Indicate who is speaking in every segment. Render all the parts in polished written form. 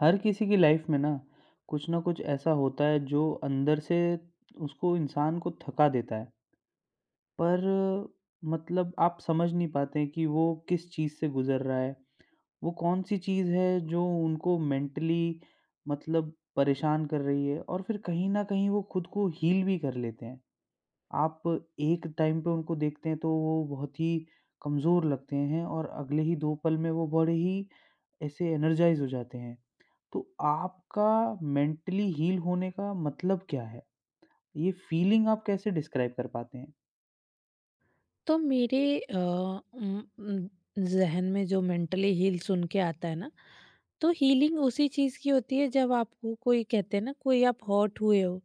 Speaker 1: हर किसी की लाइफ में ना कुछ ऐसा होता है जो अंदर से उसको इंसान को थका देता है। पर मतलब आप समझ नहीं पाते हैं कि वो किस चीज़ से गुजर रहा है। वो कौन सी चीज़ है जो उनको मेंटली मतलब परेशान कर रही है, और फिर कहीं ना कहीं वो खुद को हील भी कर लेते हैं। आप एक टाइम पे उनको देखते हैं तो वो बहुत ही कमज़ोर लगते हैं, और अगले ही दो पल में वो बड़े ही ऐसे एनर्जाइज हो जाते हैं। तो आपका मेंटली हील होने का मतलब क्या है? ये फीलिंग आप कैसे डिस्क्राइब कर पाते हैं?
Speaker 2: तो मेरे ज़हन में जो मेंटली हील सुन के आता है ना, तो हीलिंग उसी चीज़ की होती है जब आपको कोई कहते हैं ना कोई आप हॉट हुए हो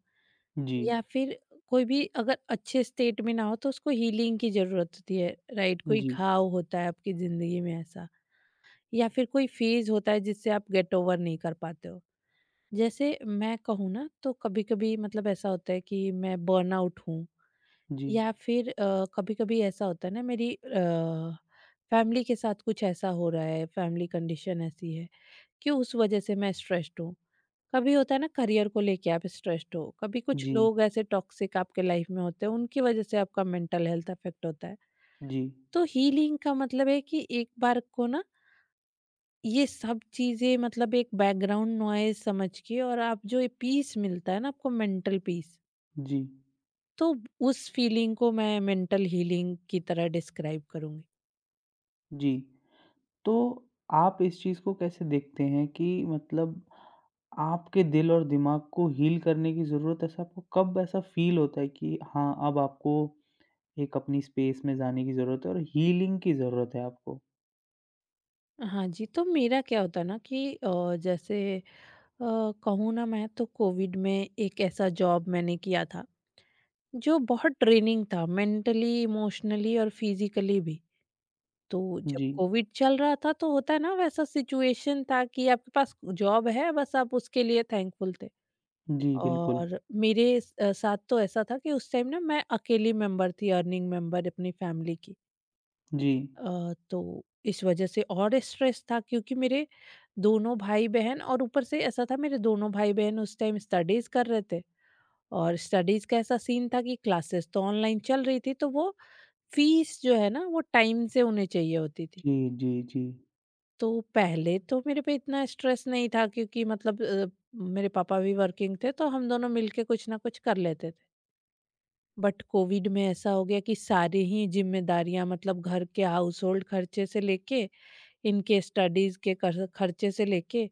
Speaker 1: जी,
Speaker 2: या फिर कोई भी अगर अच्छे स्टेट में ना हो तो उसको हीलिंग की ज़रूरत होती है, राइट? कोई
Speaker 1: जी,
Speaker 2: घाव होता है आपकी ज़िंदगी में ऐसा या फिर कोई फेज़ होता है जिससे आप गेट ओवर नहीं कर पाते हो। जैसे मैं कहूँ ना तो कभी-कभी मतलब ऐसा होता है कि मैं बर्नआउट हूँ
Speaker 1: जी,
Speaker 2: या फिर कभी-कभी ऐसा होता है ना मेरी फैमिली के साथ कुछ ऐसा हो रहा है, फैमिली कंडीशन ऐसी है कि उस वजह से मैं स्ट्रेस्ड हूँ। कभी होता है ना करियर को लेके आप स्ट्रेस्ड हो, कभी कुछ
Speaker 1: जी,
Speaker 2: लोग ऐसे टॉक्सिक आपके लाइफ में होते हैं उनकी वजह से आपका मेंटल हेल्थ अफेक्ट होता है।
Speaker 1: जी,
Speaker 2: तो हीलिंग का मतलब है कि एक बार को ना ये सब चीज़ें मतलब एक बैकग्राउंड नॉइज़ समझ के और आप जो ये पीस मिलता है ना आपको मेंटल पीस,
Speaker 1: जी,
Speaker 2: तो उस फीलिंग को मैं मेंटल हीलिंग की तरह डिस्क्राइब करूंगी।
Speaker 1: जी। तो आप इस चीज़ को कैसे देखते हैं कि मतलब आपके दिल और दिमाग को हील करने की ज़रूरत, ऐसा आपको कब ऐसा फील होता है कि हाँ, अब आपको एक अपनी स्पेस में जाने की ज़रूरत है और हीलिंग की ज़रूरत है आपको?
Speaker 2: हाँ जी, तो मेरा क्या होता ना कि जैसे कहूँ ना मैं तो कोविड में एक ऐसा जॉब मैंने किया था जो बहुत ट्रेनिंग था मेंटली, इमोशनली और फिजिकली भी। तो जब
Speaker 1: जी,
Speaker 2: कोविड चल रहा था तो होता है ना वैसा सिचुएशन था कि आपके पास जॉब है बस आप उसके लिए थैंकफुल थे,
Speaker 1: जी, बिल्कुल।
Speaker 2: और मेरे साथ तो ऐसा था कि उस टाइम ना मैं अकेली मेंबर थी, अर्निंग मेंबर अपनी फैमिली की।
Speaker 1: जी,
Speaker 2: तो इस वजह से और स्ट्रेस था क्योंकि मेरे दोनों भाई-बहन, और ऊपर से ऐसा था मेरे दोनों भाई-बहन उस टाइम स्टडीज़ कर रहे थे और स्टडीज़ का ऐसा सीन था कि क्लासेस तो ऑनलाइन चल रही थी तो वो फीस जो है ना वो टाइम से उन्हें चाहिए होती थी।
Speaker 1: जी, जी, जी,
Speaker 2: तो पहले तो मेरे पे इतना स्ट्रेस नहीं था क्योंकि मतलब मेरे पापा भी वर्किंग थे तो हम दोनों मिलके कुछ ना कुछ कर लेते थे। बट कोविड में ऐसा हो गया कि सारी ही ज़िम्मेदारियाँ, मतलब घर के हाउस होल्ड खर्चे से लेके इनके स्टडीज़ के कर खर्चे से लेके,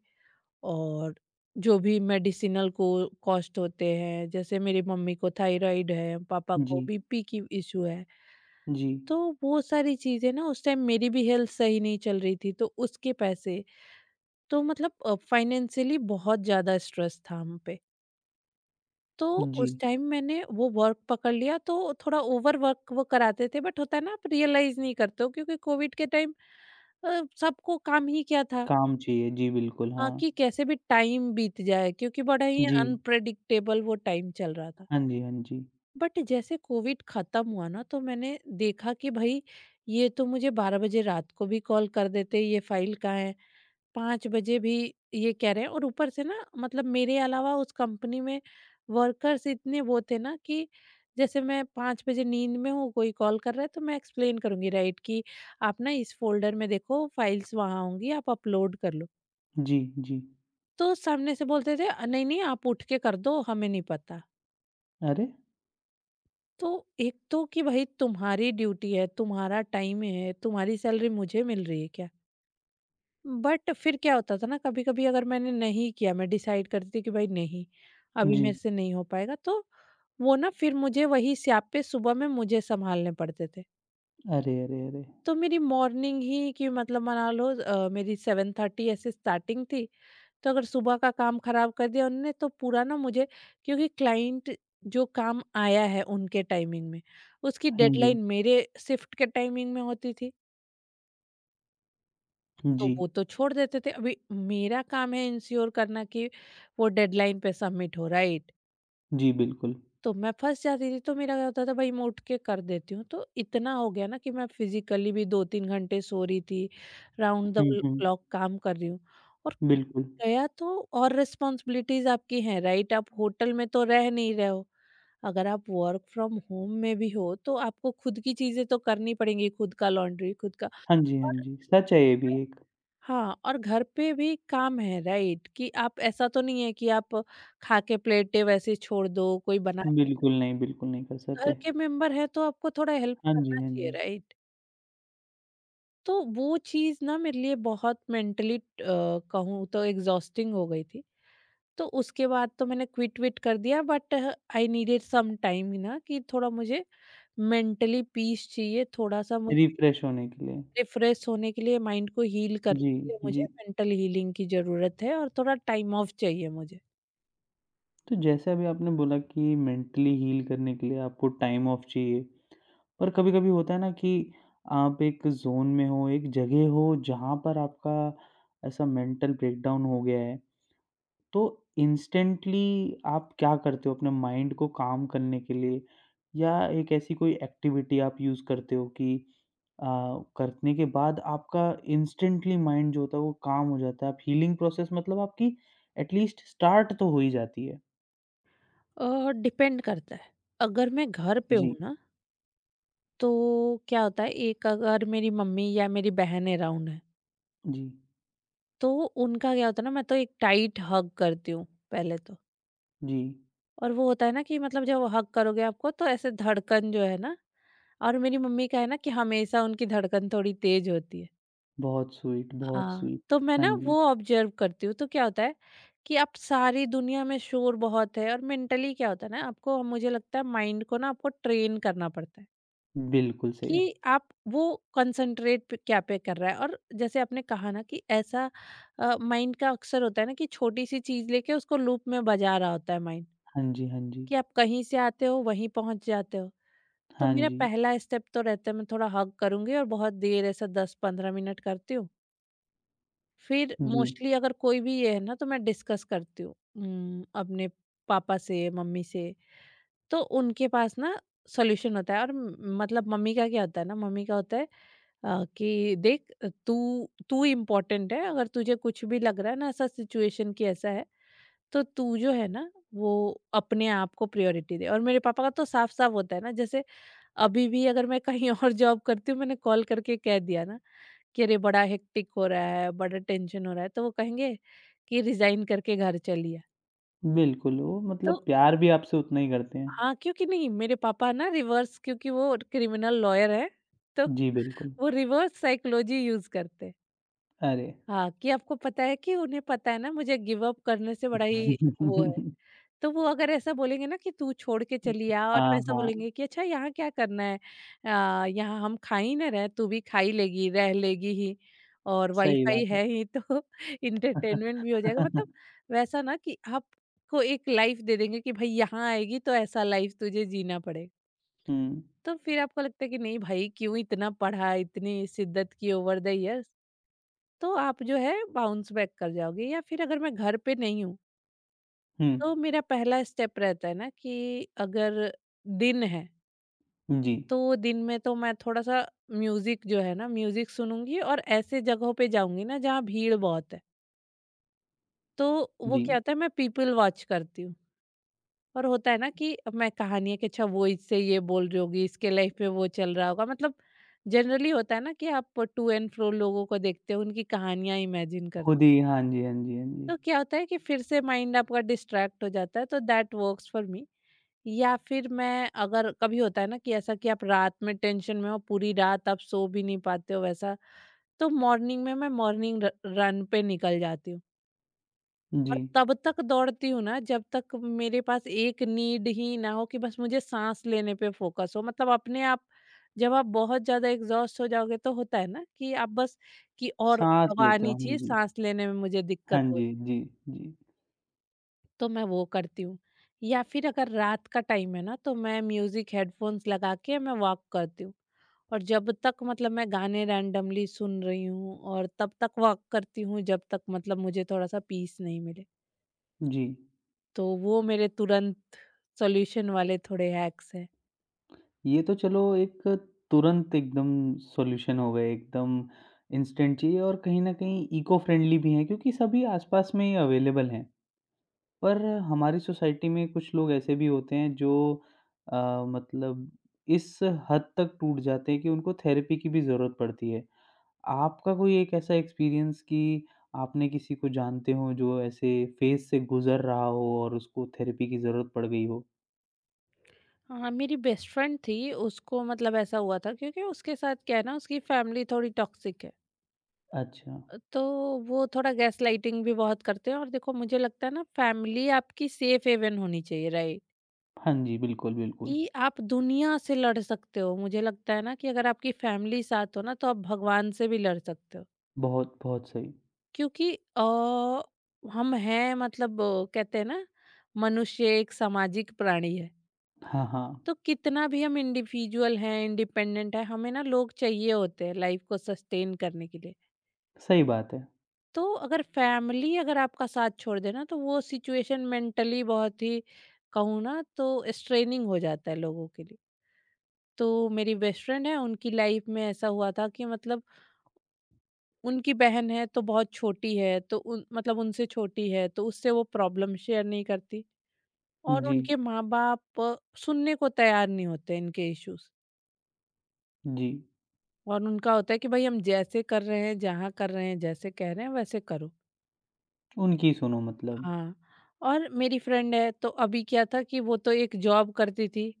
Speaker 2: और जो भी मेडिसिनल को कॉस्ट होते हैं, जैसे मेरी मम्मी को थायराइड है, पापा को
Speaker 1: जी,
Speaker 2: बीपी की इश्यू है,
Speaker 1: जी।
Speaker 2: तो वो सारी चीज़ें ना, उस टाइम मेरी भी हेल्थ सही नहीं चल रही थी, तो उसके पैसे, तो मतलब फाइनेंशियली बहुत ज़्यादा स्ट्रेस था हम पे। तो
Speaker 1: जी,
Speaker 2: उस टाइम मैंने वो वर्क पकड़ लिया, तो थोड़ा ओवर वर्क वो कराते थे, बट होता है ना आप रियलाइज़ नहीं करते हो क्योंकि कोविड के टाइम सबको काम ही क्या था?
Speaker 1: काम चाहिए। जी, बिल्कुल,
Speaker 2: हाँ,
Speaker 1: हाँ।
Speaker 2: कि कैसे भी टाइम बीत जाए क्योंकि बड़ा ही
Speaker 1: जी।
Speaker 2: अनप्रेडिक्टेबल वो टाइम चल रहा था।
Speaker 1: हाँ जी, हाँ जी।
Speaker 2: बट जैसे कोविड ख़त्म हुआ ना तो मैंने देखा कि भई ये तो मुझे 12 बजे रात को भी कॉल कर देते, ये फ़ाइल कहाँ है? 5 बजे भी ये कह रहे हैं, और ऊपर से ना मतलब मेरे अलावा उस कंपनी में वर्कर्स इतने वो थे ना कि जैसे मैं 5 बजे नींद में हूँ, कोई कॉल कर रहा है तो मैं एक्सप्लेन करूँगी, राइट, कि आप ना इस फ़ोल्डर में देखो, फ़ाइल्स वहाँ होंगी, आप अपलोड कर लो।
Speaker 1: जी, जी।
Speaker 2: तो सामने से बोलते थे, नहीं, नहीं, आप उठ के कर दो, हमें नहीं पता।"
Speaker 1: अरे!
Speaker 2: तो एक तो कि भाई तुम्हारी ड्यूटी है, तुम्हारा टाइम है, तुम्हारी सैलरी मुझे मिल रही है क्या? बट फिर क्या होता था ना, कभी-कभी अगर मैंने नहीं किया, मैं डिसाइड करती थी कि भाई नहीं, अभी
Speaker 1: जी।
Speaker 2: मेरे से नहीं हो पाएगा, तो वो ना फिर मुझे वही स्यापे सुबह में मुझे सँभालने पड़ते थे।
Speaker 1: अरे, अरे, अरे!
Speaker 2: तो मेरी मॉर्निंग ही कि मतलब मना लो मेरी 7:30 ऐसे स्टार्टिंग थी, तो अगर सुबह का काम खराब कर दिया उन्होंने तो पूरा ना मुझे, क्योंकि क्लाइंट जो काम आया है उनके टाइमिंग में उसकी
Speaker 1: हाँ जी।
Speaker 2: डेडलाइन मेरे शिफ्ट के टाइमिंग में होती थी, तो
Speaker 1: जी।
Speaker 2: वो तो छोड़ देते थे, अभी मेरा काम है इंश्योर करना कि वो डेडलाइन पे सबमिट हो रहा है।
Speaker 1: जी, बिल्कुल।
Speaker 2: तो मैं फँस जाती थी, तो मेरा क्या होता था, भाई मैं उठ के कर देती हूँ। तो इतना हो गया ना कि मैं फिज़िकली भी 2-3 घंटे सो रही थी, राउंड द
Speaker 1: हुँ,
Speaker 2: व
Speaker 1: हुँ।
Speaker 2: क्लॉक काम कर रही हूँ। और
Speaker 1: बिल्कुल।
Speaker 2: गया तो, और रिस्पॉन्सिबिलिटीज़ आपकी हैं, राइट? आप होटल में तो रह नहीं रहे हो। अगर आप वर्क फ्रॉम होम में भी हो, तो आपको खुद की चीज़ें तो करनी पड़ेंगी, खुद का लॉन्ड्री, खुद का,
Speaker 1: हाँ जी, हाँ
Speaker 2: और
Speaker 1: जी। सच है ये भी एक।
Speaker 2: हाँ, और घर पे भी काम है, राइट? कि आप ऐसा तो नहीं है कि आप खा के प्लेटें वैसे ही छोड़ दो, कोई बना के,
Speaker 1: बिल्कुल नहीं कर
Speaker 2: घर
Speaker 1: सकते।
Speaker 2: के मेंबर हैं तो आपको थोड़ा हेल्प
Speaker 1: हाँ जी,
Speaker 2: करना
Speaker 1: हाँ
Speaker 2: चाहिए,
Speaker 1: जी।
Speaker 2: राइट? तो वो चीज़ ना मेरे लिए बहुत मेंटली कहूँ तो एग्ज़ॉस्टिंग हो गई थी। तो उसके बाद तो मैंने क्विट-विट कर दिया, but I needed some time ना कि थोड़ा मुझे मेंटली पीस चाहिए, थोड़ा-सा मुझे
Speaker 1: रिफ्रेश होने के लिए।
Speaker 2: रिफ्रेश होने के लिए, माइंड को हील करने
Speaker 1: जी,
Speaker 2: के लिए मुझे
Speaker 1: जी।
Speaker 2: मेंटल हीलिंग की ज़रूरत है और थोड़ा टाइम ऑफ चाहिए मुझे।
Speaker 1: तो जैसे अभी आपने बोला कि मेंटली हील करने के लिए आपको टाइम ऑफ चाहिए। पर कभी-कभी होता है ना कि आप एक ज़ोन में हो, एक जगह हो जहाँ पर आपका ऐसा मेंटल ब्रेकडाउन हो गया है, तो इंस्टेंटली आप क्या करते हो अपने माइंड को काम करने के लिए? या एक ऐसी कोई एक्टिविटी आप यूज़ करते हो कि अ, करने के बाद आपका इंस्टेंटली माइंड जो होता है वो काम हो जाता है? आप हीलिंग प्रोसेस मतलब आपकी एटलीस्ट स्टार्ट तो हो ही जाती है।
Speaker 2: डिपेंड करता है, अगर मैं घर पे
Speaker 1: जी,
Speaker 2: हूँ ना, तो क्या होता है, एक अगर मेरी मम्मी या मेरी बहन अराउंड है
Speaker 1: जी,
Speaker 2: तो उनका क्या होता है ना, मैं तो एक टाइट हग करती हूँ पहले तो,
Speaker 1: जी।
Speaker 2: और वो होता है ना कि मतलब जब हग करोगे आपको तो ऐसे धड़कन जो है ना, और मेरी मम्मी का है ना कि हमेशा उनकी धड़कन थोड़ी तेज होती है।
Speaker 1: बहुत स्वीट, बहुत
Speaker 2: हाँ,
Speaker 1: स्वीट।
Speaker 2: तो मैं
Speaker 1: हाँ
Speaker 2: ना
Speaker 1: जी,
Speaker 2: वो ऑब्जर्व करती हूँ, तो क्या होता है कि आप, सारी दुनिया में शोर बहुत है और मेंटली क्या होता है ना, आपको, मुझे लगता है माइंड को ना आपको ट्रेन करना पड़ता है
Speaker 1: बिल्कुल सही।
Speaker 2: कि आप वो कंसंट्रेट पे क्या पे कर रहा है, और जैसे आपने कहा ना कि ऐसा माइंड का अक्सर होता है ना कि छोटी सी चीज लेके उसको लूप में बजा रहा होता है माइंड,
Speaker 1: हाँ जी, हाँ जी।
Speaker 2: कि आप कहीं से आते हो वहीं पहुंच जाते हो। तो
Speaker 1: हाँ
Speaker 2: मेरा
Speaker 1: जी,
Speaker 2: पहला स्टेप तो रहता है मैं थोड़ा हग करूंगी और बहुत देर, ऐसा 10-15 मिनट करती हूँ। फिर
Speaker 1: जी।
Speaker 2: मोस्टली अगर कोई भी ये है ना तो मैं डिस्कस करती हूँ अपने पापा से, मम्मी से, तो उनके पास ना सॉल्यूशन होता है। और मतलब मम्मी का क्या होता है ना, मम्मी का होता है कि देख, तू तू इम्पोर्टेंट है, अगर तुझे कुछ भी लग रहा है ना ऐसा सिचुएशन कि ऐसा है तो तू जो है ना वो अपने आप को प्रायोरिटी दे। और मेरे पापा का तो साफ साफ होता है ना, जैसे अभी भी अगर मैं कहीं और जॉब करती हूँ, मैंने कॉल करके कह दिया ना कि अरे बड़ा हेक्टिक हो रहा है, बड़ा टेंशन हो रहा है, तो वो कहेंगे कि रिज़ाइन करके घर चली आ।
Speaker 1: बिल्कुल, वो
Speaker 2: तो
Speaker 1: मतलब प्यार भी आपसे उतना ही करते हैं।
Speaker 2: हाँ, क्योंकि नहीं, मेरे पापा ना रिवर्स, क्योंकि वो क्रिमिनल लॉयर हैं, तो
Speaker 1: जी, बिल्कुल।
Speaker 2: वो रिवर्स साइकोलॉजी यूज़ करते हैं।
Speaker 1: अरे!
Speaker 2: हाँ, कि आपको पता है कि उन्हें पता है ना मुझे गिव अप करने से बड़ा ही वो है। तो वो अगर ऐसा बोलेंगे ना कि तू छोड़ के चली आ, और हम
Speaker 1: हाँ,
Speaker 2: ऐसा
Speaker 1: हाँ,
Speaker 2: बोलेंगे कि अच्छा यहाँ क्या करना है, यहाँ हम खा ही ना रहे, तू भी खा ही लेगी, रह लेगी ही, और
Speaker 1: सही बात
Speaker 2: वाईफाई है
Speaker 1: है।
Speaker 2: ही, तो इंटरटेनमेंट भी हो जाएगा, मतलब वैसा ना कि आपको एक लाइफ दे देंगे कि भाई यहाँ आएगी तो ऐसा लाइफ तुझे जीना पड़ेगा,
Speaker 1: हुँ,
Speaker 2: तो फिर आपको लगता है कि नहीं भाई, क्यों इतना पढ़ा, इतनी शिद्दत की ओवर द इयर्स, तो आप जो है बाउंस बैक कर जाओगे। या फिर अगर मैं घर पे नहीं हूँ
Speaker 1: हुँ।
Speaker 2: तो मेरा पहला स्टेप रहता है ना कि अगर दिन है
Speaker 1: जी,
Speaker 2: तो दिन में तो मैं थोड़ा सा म्यूजिक जो है ना, म्यूजिक सुनूंगी और ऐसे जगहों पे जाऊंगी ना जहाँ भीड़ बहुत है, तो वो
Speaker 1: जी।
Speaker 2: क्या होता है मैं पीपल वॉच करती हूँ, और होता है ना कि मैं कहानी है कि अच्छा वो इससे ये बोल रही होगी, इसके लाइफ में वो चल रहा होगा, मतलब जनरली होता है ना कि आप टू एंड फ्रो लोगों को देखते हो, उनकी कहानियां इमेजिन,
Speaker 1: खुद ही हाँ जी, हाँ जी, हाँ जी।
Speaker 2: तो क्या होता है कि फिर से माइंड आपका डिस्ट्रैक्ट हो जाता है, तो दैट वर्क्स फॉर मी। या फिर मैं अगर, कभी होता है ना कि ऐसा कि आप रात में टेंशन में हो, पूरी रात आप सो भी नहीं पाते हो वैसा, तो मॉर्निंग में मैं मॉर्निंग रन पे निकल जाती हूँ,
Speaker 1: जी,
Speaker 2: और तब तक दौड़ती हूँ ना जब तक मेरे पास एक नीड ही ना हो कि बस मुझे सांस लेने पे फोकस हो, मतलब अपने आप, जब आप बहुत ज्यादा एग्जॉस्ट हो जाओगे तो होता है ना कि आप बस, कि और
Speaker 1: साँस
Speaker 2: हवा
Speaker 1: लेते हो।
Speaker 2: आनी
Speaker 1: हाँ
Speaker 2: चाहिए,
Speaker 1: जी।
Speaker 2: सांस लेने में मुझे
Speaker 1: हाँ
Speaker 2: दिक्कत हो,
Speaker 1: जी, जी, जी,
Speaker 2: तो मैं वो करती हूँ। या फिर अगर रात का टाइम है ना तो मैं म्यूज़िक हेडफ़ोन्स लगा के मैं वॉक करती हूँ। और जब तक मतलब मैं गाने रैंडमली सुन रही हूँ और तब तक वॉक करती हूँ जब तक मुझे थोड़ा-सा पीस नहीं मिले।
Speaker 1: जी।
Speaker 2: तो वो मेरे तुरंत सॉल्यूशन वाले थोड़े हैक्स हैं।
Speaker 1: ये तो चलो एक तुरंत एकदम सॉल्यूशन हो गए, एकदम इंस्टेंट चाहिए और कहीं न कहीं इको फ्रेंडली भी हैं क्योंकि सभी आस-पास में ही अवेलेबल हैं। पर हमारी सोसाइटी में कुछ लोग ऐसे भी होते हैं जो मतलब इस हद तक टूट जाते हैं कि उनको थेरेपी की भी ज़रूरत पड़ती है। आपका कोई एक ऐसा एक्सपीरियंस कि आपने किसी को जानते हों जो ऐसे फ़ेज़ से गुज़र रहा हो और उसको थेरेपी की ज़रूरत पड़ गई हो?
Speaker 2: हाँ, मेरी बेस्ट फ्रेंड थी उसको ऐसा हुआ था क्योंकि उसके साथ क्या है ना, उसकी फैमिली थोड़ी टॉक्सिक है।
Speaker 1: अच्छा।
Speaker 2: तो वो थोड़ा गैसलाइटिंग भी बहुत करते हैं। और देखो, मुझे लगता है ना, फैमिली आपकी सेफ हेवन होनी चाहिए राइ
Speaker 1: हाँ जी, बिल्कुल, बिल्कुल।
Speaker 2: कि आप दुनिया से लड़ सकते हो। मुझे लगता है ना कि अगर आपकी फैमिली साथ हो ना तो आप भगवान से भी लड़ सकते हो,
Speaker 1: बहुत, बहुत सही।
Speaker 2: क्योंकि हम हैं कहते हैं ना, मनुष्य एक सामाजिक प्राणी है।
Speaker 1: हाँ, हाँ,
Speaker 2: तो कितना भी हम इंडिविजुअल हैं, इंडिपेंडेंट है, हमें ना लोग चाहिए होते हैं लाइफ को सस्टेन करने के लिए।
Speaker 1: सही बात है।
Speaker 2: तो अगर फैमिली अगर आपका साथ छोड़ दे ना, तो वो सिचुएशन मेंटली बहुत ही, कहूँ ना तो, स्ट्रेनिंग हो जाता है लोगों के लिए। तो मेरी बेस्ट फ्रेंड है, उनकी लाइफ में ऐसा हुआ था कि उनकी बहन है, तो बहुत छोटी है, तो उन मतलब उनसे छोटी है, तो उससे वो प्रॉब्लम शेयर नहीं करती। और
Speaker 1: जी,
Speaker 2: उनके माँ-बाप सुनने को तैयार नहीं होते इनके इश्यूज़।
Speaker 1: जी,
Speaker 2: और उनका होता है कि भई हम जैसे कर रहे हैं, जहाँ कर रहे हैं, जैसे कह रहे हैं वैसे करो।
Speaker 1: उनकी सुनो मतलब।
Speaker 2: हाँ, और मेरी फ्रेंड है, तो अभी क्या था कि वो तो एक जॉब करती थी,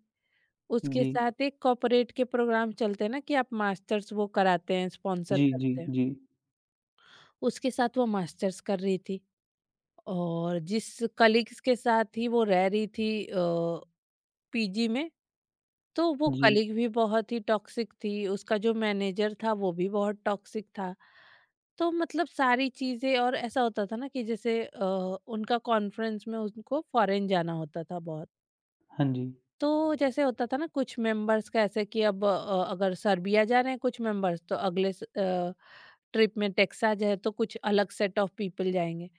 Speaker 2: उसके
Speaker 1: जी,
Speaker 2: साथ एक कॉर्पोरेट के प्रोग्राम चलते हैं ना, कि आप मास्टर्स वो कराते हैं, स्पॉन्सर
Speaker 1: जी, जी,
Speaker 2: करते हैं।
Speaker 1: जी,
Speaker 2: उसके साथ वो मास्टर्स कर रही थी और जिस कलीग्स के साथ ही वो रह रही थी पीजी में, तो वो
Speaker 1: जी,
Speaker 2: कलीग भी बहुत ही टॉक्सिक थी। उसका जो मैनेजर था वो भी बहुत टॉक्सिक था। तो मतलब सारी चीज़ें। और ऐसा होता था ना कि जैसे उनका कॉन्फ्रेंस में उनको फॉरेन जाना होता था बहुत।
Speaker 1: हाँ जी,
Speaker 2: तो जैसे होता था ना कुछ मेंबर्स का ऐसे कि अब अगर सर्बिया जा रहे हैं कुछ मेंबर्स, तो अगले ट्रिप में टेक्सास है तो कुछ अलग सेट ऑफ पीपल जाएंगे।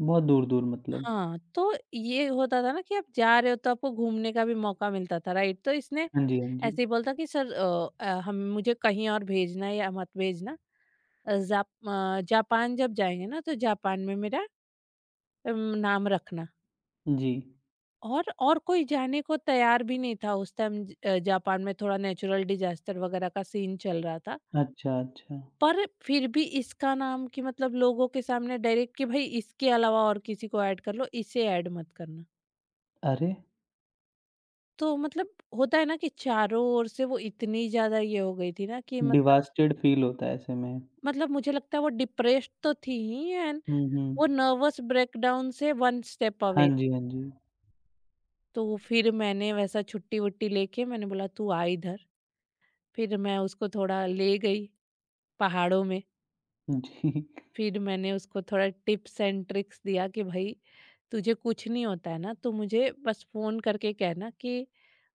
Speaker 1: बहुत दूर-दूर मतलब।
Speaker 2: हाँ, तो ये होता था ना कि आप जा रहे हो तो आपको घूमने का भी मौका मिलता था, राइट? तो इसने
Speaker 1: हाँ जी, हाँ जी,
Speaker 2: ऐसे ही बोलता कि सर हम मुझे कहीं और भेजना है या मत भेजना। जापान जब जाएँगे ना तो जापान में मेरा नाम रखना।
Speaker 1: जी,
Speaker 2: और कोई जाने को तैयार भी नहीं था उस टाइम। जापान में थोड़ा नेचुरल डिज़ास्टर वगैरह का सीन चल रहा था।
Speaker 1: अच्छा, अच्छा।
Speaker 2: पर फिर भी इसका नाम कि मतलब लोगों के सामने डायरेक्ट कि भई इसके अलावा और किसी को ऐड कर लो, इसे ऐड मत करना।
Speaker 1: अरे!
Speaker 2: तो मतलब होता है ना कि चारों ओर से वो इतनी ज़्यादा ये हो गई थी ना कि मतलब,
Speaker 1: डिवास्टेड फ़ील होता है ऐसे में।
Speaker 2: मुझे लगता है वो डिप्रेस्ड तो थी ही, एंड
Speaker 1: हुँ, हुँ,
Speaker 2: वो नर्वस ब्रेकडाउन से वन स्टेप
Speaker 1: हाँ
Speaker 2: अवे
Speaker 1: जी,
Speaker 2: थी।
Speaker 1: हाँ जी,
Speaker 2: तो फिर मैंने वैसा छुट्टी-वुट्टी लेके मैंने बोला तू आ इधर, फिर मैं उसको थोड़ा ले गई पहाड़ों में।
Speaker 1: जी,
Speaker 2: फिर मैंने उसको थोड़ा टिप्स एंड ट्रिक्स दिया कि भाई तुझे कुछ नहीं होता है ना तो मुझे बस फोन करके कहना कि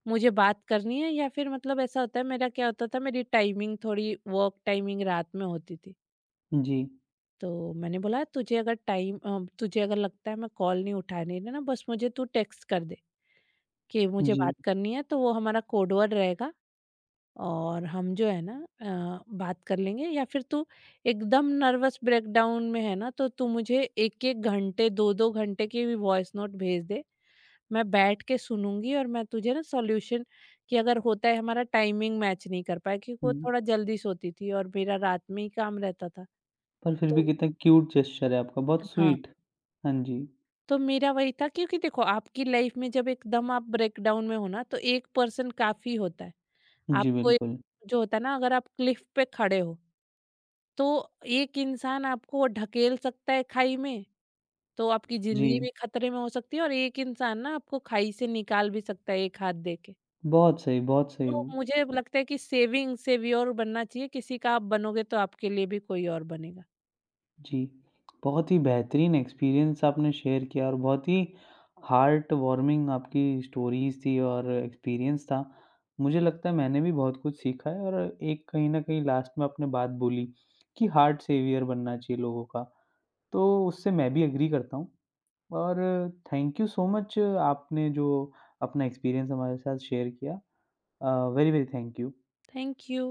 Speaker 2: मुझे बात करनी है। या फिर मतलब ऐसा होता है, मेरा क्या होता था, मेरी टाइमिंग थोड़ी, वर्क टाइमिंग रात में होती थी।
Speaker 1: जी,
Speaker 2: तो मैंने बोला तुझे अगर तुझे अगर लगता है मैं कॉल नहीं उठाने देना, बस मुझे तू टेक्स्ट कर दे कि मुझे
Speaker 1: जी,
Speaker 2: बात करनी है, तो वो हमारा कोड वर्ड रहेगा। और हम जो है ना बात कर लेंगे, या फिर तू एकदम नर्वस ब्रेकडाउन में है ना, तो तू मुझे एक एक घंटे दो दो घंटे की भी वॉइस नोट भेज दे, मैं बैठ के सुनूंगी और मैं तुझे ना सॉल्यूशन, कि अगर होता है हमारा टाइमिंग मैच नहीं कर पाया क्योंकि वो
Speaker 1: हुँ,
Speaker 2: थोड़ा जल्दी सोती थी और मेरा रात में ही काम रहता था।
Speaker 1: पर फिर भी
Speaker 2: तो
Speaker 1: कितना क्यूट जेस्चर है आपका, बहुत
Speaker 2: हाँ,
Speaker 1: स्वीट। हाँ जी,
Speaker 2: तो मेरा वही था, क्योंकि देखो आपकी लाइफ में जब एकदम आप ब्रेकडाउन में हो ना, तो एक पर्सन काफी होता है।
Speaker 1: जी,
Speaker 2: आपको एक-
Speaker 1: बिल्कुल।
Speaker 2: जो होता है ना, अगर आप क्लिफ पे खड़े हो, तो एक इंसान आपको ढकेल सकता है खाई में, तो आपकी जिंदगी
Speaker 1: जी,
Speaker 2: भी खतरे में हो सकती है। और एक इंसान ना आपको खाई से निकाल भी सकता है एक हाथ दे के।
Speaker 1: बहुत सही, बहुत सही।
Speaker 2: तो मुझे लगता है कि सेविंग सेवियोर बनना चाहिए। किसी का आप बनोगे तो आपके लिए भी कोई और बनेगा।
Speaker 1: जी, बहुत ही बेहतरीन एक्सपीरियंस आपने शेयर किया और बहुत ही हार्ट वार्मिंग आपकी स्टोरीज़ थी और एक्सपीरियंस था। मुझे लगता है मैंने भी बहुत कुछ सीखा है और एक कहीं न कहीं लास्ट में आपने बात बोली कि हार्ट सेवियर बनना चाहिए लोगों का, तो उससे मैं भी एग्री करता हूँ। और थैंक यू सो मच आपने जो अपना एक्सपीरियंस हमारे साथ शेयर किया। Uh, very, very thank you.
Speaker 2: Thank you.